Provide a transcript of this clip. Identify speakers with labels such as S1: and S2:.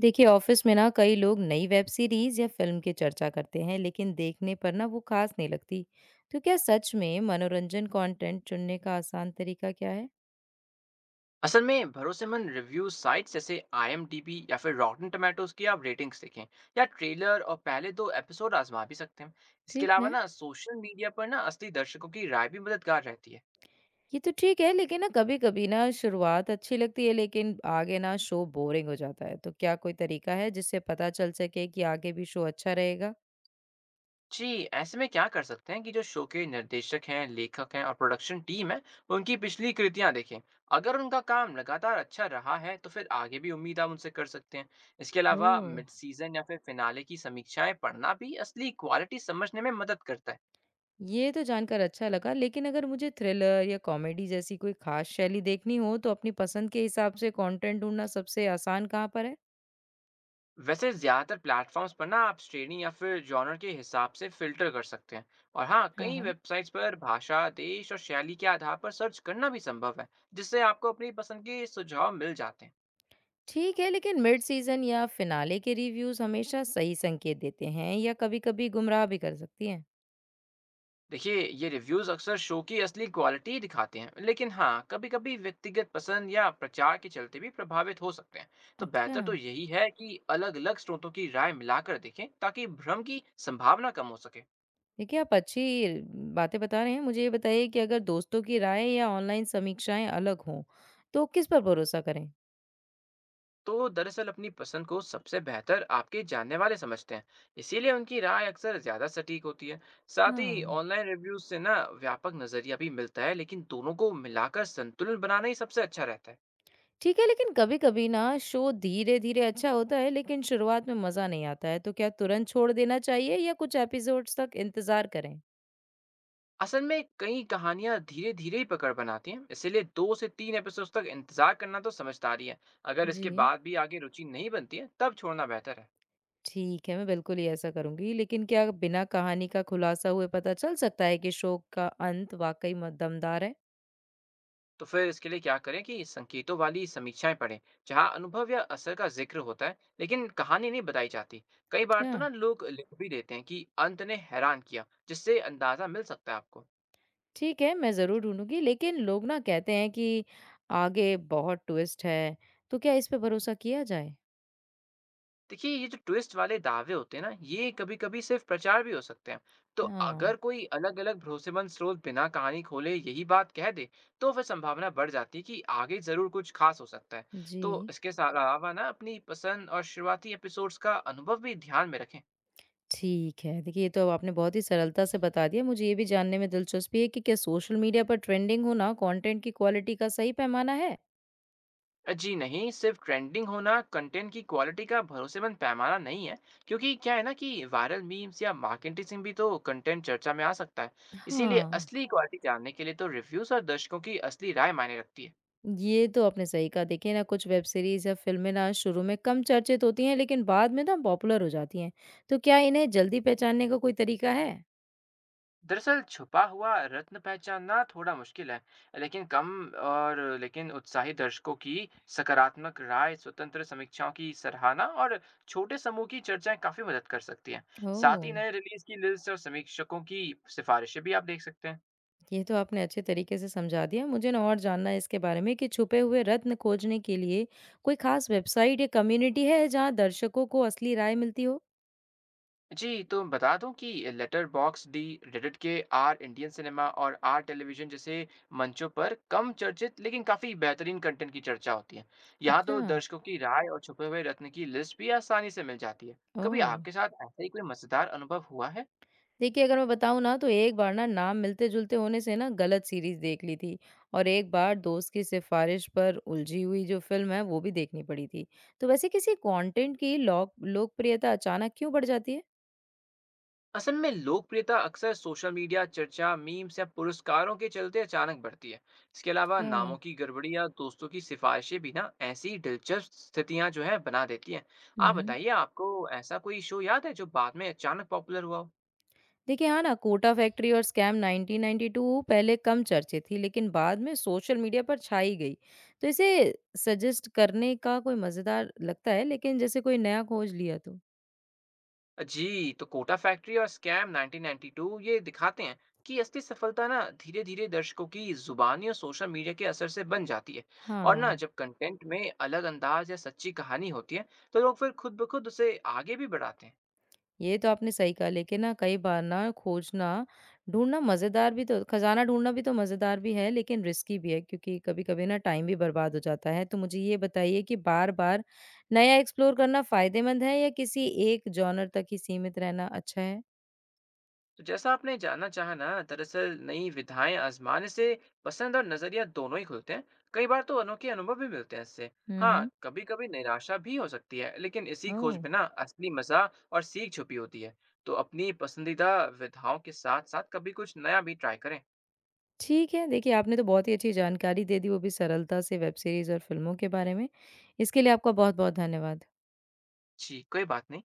S1: देखिए ऑफिस में ना कई लोग नई वेब सीरीज या फिल्म की चर्चा करते हैं लेकिन देखने पर ना वो खास नहीं लगती। तो क्या सच में मनोरंजन कंटेंट चुनने का आसान तरीका क्या है?
S2: असल में भरोसेमंद रिव्यू साइट्स जैसे आईएमडीबी या फिर रॉटन टोमेटोज की आप रेटिंग्स देखें। या ट्रेलर और पहले दो एपिसोड आजमा भी सकते हैं। इसके
S1: ठीक
S2: अलावा
S1: है।
S2: ना सोशल मीडिया पर ना असली दर्शकों की राय भी मददगार रहती है।
S1: ये तो ठीक है लेकिन ना कभी कभी ना शुरुआत अच्छी लगती है लेकिन आगे ना शो बोरिंग हो जाता है। तो क्या कोई तरीका है जिससे पता चल सके कि आगे भी शो अच्छा रहेगा?
S2: जी, ऐसे में क्या कर सकते हैं कि जो शो के निर्देशक हैं, लेखक हैं और प्रोडक्शन टीम है, उनकी पिछली कृतियां देखें। अगर उनका काम लगातार अच्छा रहा है तो फिर आगे भी उम्मीद आप उनसे कर सकते हैं। इसके
S1: ओ,
S2: अलावा मिड सीजन या फिर फिनाले की समीक्षाएं पढ़ना भी असली क्वालिटी समझने में मदद करता है।
S1: ये तो जानकर अच्छा लगा लेकिन अगर मुझे थ्रिलर या कॉमेडी जैसी कोई खास शैली देखनी हो तो अपनी पसंद के हिसाब से कंटेंट ढूंढना सबसे आसान कहाँ पर है?
S2: वैसे ज़्यादातर प्लेटफॉर्म्स पर ना आप श्रेणी या फिर जॉनर के हिसाब से फिल्टर कर सकते हैं। और हाँ,
S1: हाँ
S2: कई
S1: हाँ।
S2: वेबसाइट्स पर भाषा, देश और शैली के आधार पर सर्च करना भी संभव है, जिससे आपको अपनी पसंद के सुझाव मिल जाते हैं।
S1: ठीक है, लेकिन मिड सीजन या फिनाले के रिव्यूज हमेशा सही संकेत देते हैं या कभी-कभी गुमराह भी कर सकती हैं?
S2: देखिए, ये रिव्यूज़ अक्सर शो की असली क्वालिटी दिखाते हैं, लेकिन हाँ, कभी कभी व्यक्तिगत पसंद या प्रचार के चलते भी प्रभावित हो सकते हैं। तो
S1: अच्छा।
S2: बेहतर तो यही है कि अलग अलग स्रोतों की राय मिलाकर देखें, ताकि भ्रम की संभावना कम हो सके।
S1: देखिए आप अच्छी बातें बता रहे हैं, मुझे ये बताइए कि अगर दोस्तों की राय या ऑनलाइन समीक्षाएं अलग हों तो किस पर भरोसा करें?
S2: तो दरअसल अपनी पसंद को सबसे बेहतर आपके जानने वाले समझते हैं। इसीलिए उनकी राय अक्सर ज़्यादा सटीक होती है। साथ ही
S1: हाँ,
S2: ऑनलाइन रिव्यूज से ना व्यापक नज़रिया भी मिलता है, लेकिन दोनों को मिलाकर संतुलन बनाना ही सबसे अच्छा रहता है।
S1: ठीक है। लेकिन कभी कभी ना शो धीरे धीरे अच्छा होता है लेकिन शुरुआत में मजा नहीं आता है, तो क्या तुरंत छोड़ देना चाहिए या कुछ एपिसोड्स तक इंतजार करें?
S2: असल में कई कहानियां धीरे धीरे ही पकड़ बनाती हैं, इसीलिए दो से तीन एपिसोड तक इंतजार करना तो समझदारी है। अगर इसके
S1: जी,
S2: बाद भी आगे रुचि नहीं बनती है, तब छोड़ना बेहतर है।
S1: ठीक है, मैं बिल्कुल ही ऐसा करूँगी। लेकिन क्या बिना कहानी का खुलासा हुए पता चल सकता है कि शो का अंत वाक़ई म दमदार है?
S2: तो फिर इसके लिए क्या करें कि संकेतों वाली समीक्षाएं पढ़ें, जहां अनुभव या असर का जिक्र होता है लेकिन कहानी नहीं बताई जाती। कई बार तो
S1: अच्छा।
S2: ना लोग लिख भी देते हैं कि अंत ने हैरान किया, जिससे अंदाजा मिल सकता है आपको।
S1: ठीक है, मैं ज़रूर ढूँढूँगी। लेकिन लोग ना कहते हैं कि आगे बहुत ट्विस्ट है, तो क्या इस पे भरोसा किया जाए?
S2: देखिए, ये जो ट्विस्ट वाले दावे होते हैं ना, ये कभी कभी सिर्फ प्रचार भी हो सकते हैं। तो
S1: हाँ।
S2: अगर कोई अलग अलग भरोसेमंद स्रोत बिना कहानी खोले यही बात कह दे, तो फिर संभावना बढ़ जाती है कि आगे जरूर कुछ खास हो सकता है।
S1: जी।
S2: तो इसके अलावा ना अपनी पसंद और शुरुआती एपिसोड्स का अनुभव भी ध्यान में रखें।
S1: ठीक है। देखिए, ये तो अब आपने बहुत ही सरलता से बता दिया। मुझे ये भी जानने में दिलचस्पी है कि क्या सोशल मीडिया पर ट्रेंडिंग होना कॉन्टेंट की क्वालिटी का सही पैमाना है?
S2: जी नहीं, सिर्फ ट्रेंडिंग होना कंटेंट की क्वालिटी का भरोसेमंद पैमाना नहीं है। क्योंकि क्या है ना कि वायरल मीम्स या मार्केटिंग भी तो कंटेंट चर्चा में आ सकता है। इसीलिए
S1: हाँ।
S2: असली क्वालिटी जानने के लिए तो रिव्यूज और दर्शकों की असली राय मायने रखती है।
S1: ये तो आपने सही कहा। देखिए ना कुछ वेब सीरीज़ या फ़िल्में ना शुरू में कम चर्चित होती हैं लेकिन बाद में ना पॉपुलर हो जाती हैं। तो क्या इन्हें जल्दी पहचानने का कोई तरीका है?
S2: दरअसल छुपा हुआ रत्न पहचानना थोड़ा मुश्किल है, लेकिन कम और लेकिन उत्साही दर्शकों की सकारात्मक राय, स्वतंत्र समीक्षाओं की सराहना और छोटे समूह की चर्चाएं काफी मदद कर सकती हैं। साथ ही
S1: ओह!
S2: नए रिलीज की लिस्ट और समीक्षकों की सिफारिशें भी आप देख सकते हैं।
S1: ये तो आपने अच्छे तरीके से समझा दिया। मुझे ना और जानना है इसके बारे में कि छुपे हुए रत्न खोजने के लिए कोई ख़ास वेबसाइट या कम्युनिटी है जहाँ दर्शकों को असली राय मिलती हो?
S2: जी, तो बता दूँ कि लेटर बॉक्सडी, रेडिट के आर इंडियन सिनेमा और आर टेलीविज़न जैसे मंचों पर कम चर्चित लेकिन काफ़ी बेहतरीन कंटेंट की चर्चा होती है। यहाँ
S1: अच्छा।
S2: तो दर्शकों की राय और छुपे हुए रत्न की लिस्ट भी आसानी से मिल जाती है। कभी
S1: ओह!
S2: आपके साथ ऐसा ही कोई मज़ेदार अनुभव हुआ है?
S1: देखिए, अगर मैं बताऊँ ना तो एक बार ना नाम मिलते-जुलते होने से ना गलत सीरीज़ देख ली थी, और एक बार दोस्त की सिफ़ारिश पर उलझी हुई जो फ़िल्म है वो भी देखनी पड़ी थी। तो वैसे किसी कंटेंट की लोक लोकप्रियता अचानक क्यों बढ़ जाती है?
S2: असल में लोकप्रियता अक्सर सोशल मीडिया चर्चा, मीम्स या पुरस्कारों के चलते अचानक बढ़ती है। इसके अलावा
S1: अच्छा।
S2: नामों की गड़बड़ी या दोस्तों की सिफारिशें भी ना ऐसी दिलचस्प स्थितियां जो है बना देती हैं।
S1: हुँ,
S2: आप
S1: हुँ।
S2: बताइए, आपको ऐसा कोई शो याद है जो बाद में अचानक पॉपुलर हुआ हो?
S1: देखिए, हाँ ना कोटा फैक्ट्री और स्कैम 1992 पहले कम चर्चित थी लेकिन बाद में सोशल मीडिया पर छाई गई। तो इसे सजेस्ट करने का कोई मज़ेदार लगता है लेकिन जैसे कोई नया खोज लिया तो।
S2: जी, तो कोटा फैक्ट्री और स्कैम 1992 ये दिखाते हैं कि असली सफलता ना धीरे धीरे दर्शकों की जुबानी और सोशल मीडिया के असर से बन जाती है। और ना
S1: हाँ।
S2: जब कंटेंट में अलग अंदाज या सच्ची कहानी होती है, तो लोग फिर खुद ब खुद उसे आगे भी बढ़ाते हैं।
S1: ये तो आपने सही कहा लेकिन ना कई बार ना खोजना, ढूँढना मज़ेदार भी तो खज़ाना ढूँढना भी तो मज़ेदार भी है लेकिन रिस्की भी है क्योंकि कभी-कभी ना टाइम भी बर्बाद हो जाता है। तो मुझे ये बताइए कि बार-बार नया एक्सप्लोर करना फ़ायदेमंद है या किसी एक जॉनर तक ही सीमित रहना अच्छा है?
S2: तो जैसा आपने जाना चाहा ना, दरअसल नई विधाएं आजमाने से पसंद और नजरिया दोनों ही खुलते हैं। कई बार तो अनोखे अनुभव भी मिलते हैं इससे।
S1: हुँ,
S2: हाँ,
S1: हुँ।
S2: कभी कभी निराशा भी हो सकती है, लेकिन इसी खोज
S1: ओह!
S2: में ना असली मजा और सीख छुपी होती है। तो अपनी पसंदीदा विधाओं के साथ साथ कभी कुछ नया भी ट्राई करें।
S1: ठीक है, देखिए आपने तो बहुत ही अच्छी जानकारी दे दी वो भी सरलता से वेब सीरीज़ और फ़िल्मों के बारे में। इसके लिए आपका बहुत-बहुत धन्यवाद।
S2: जी, कोई बात नहीं।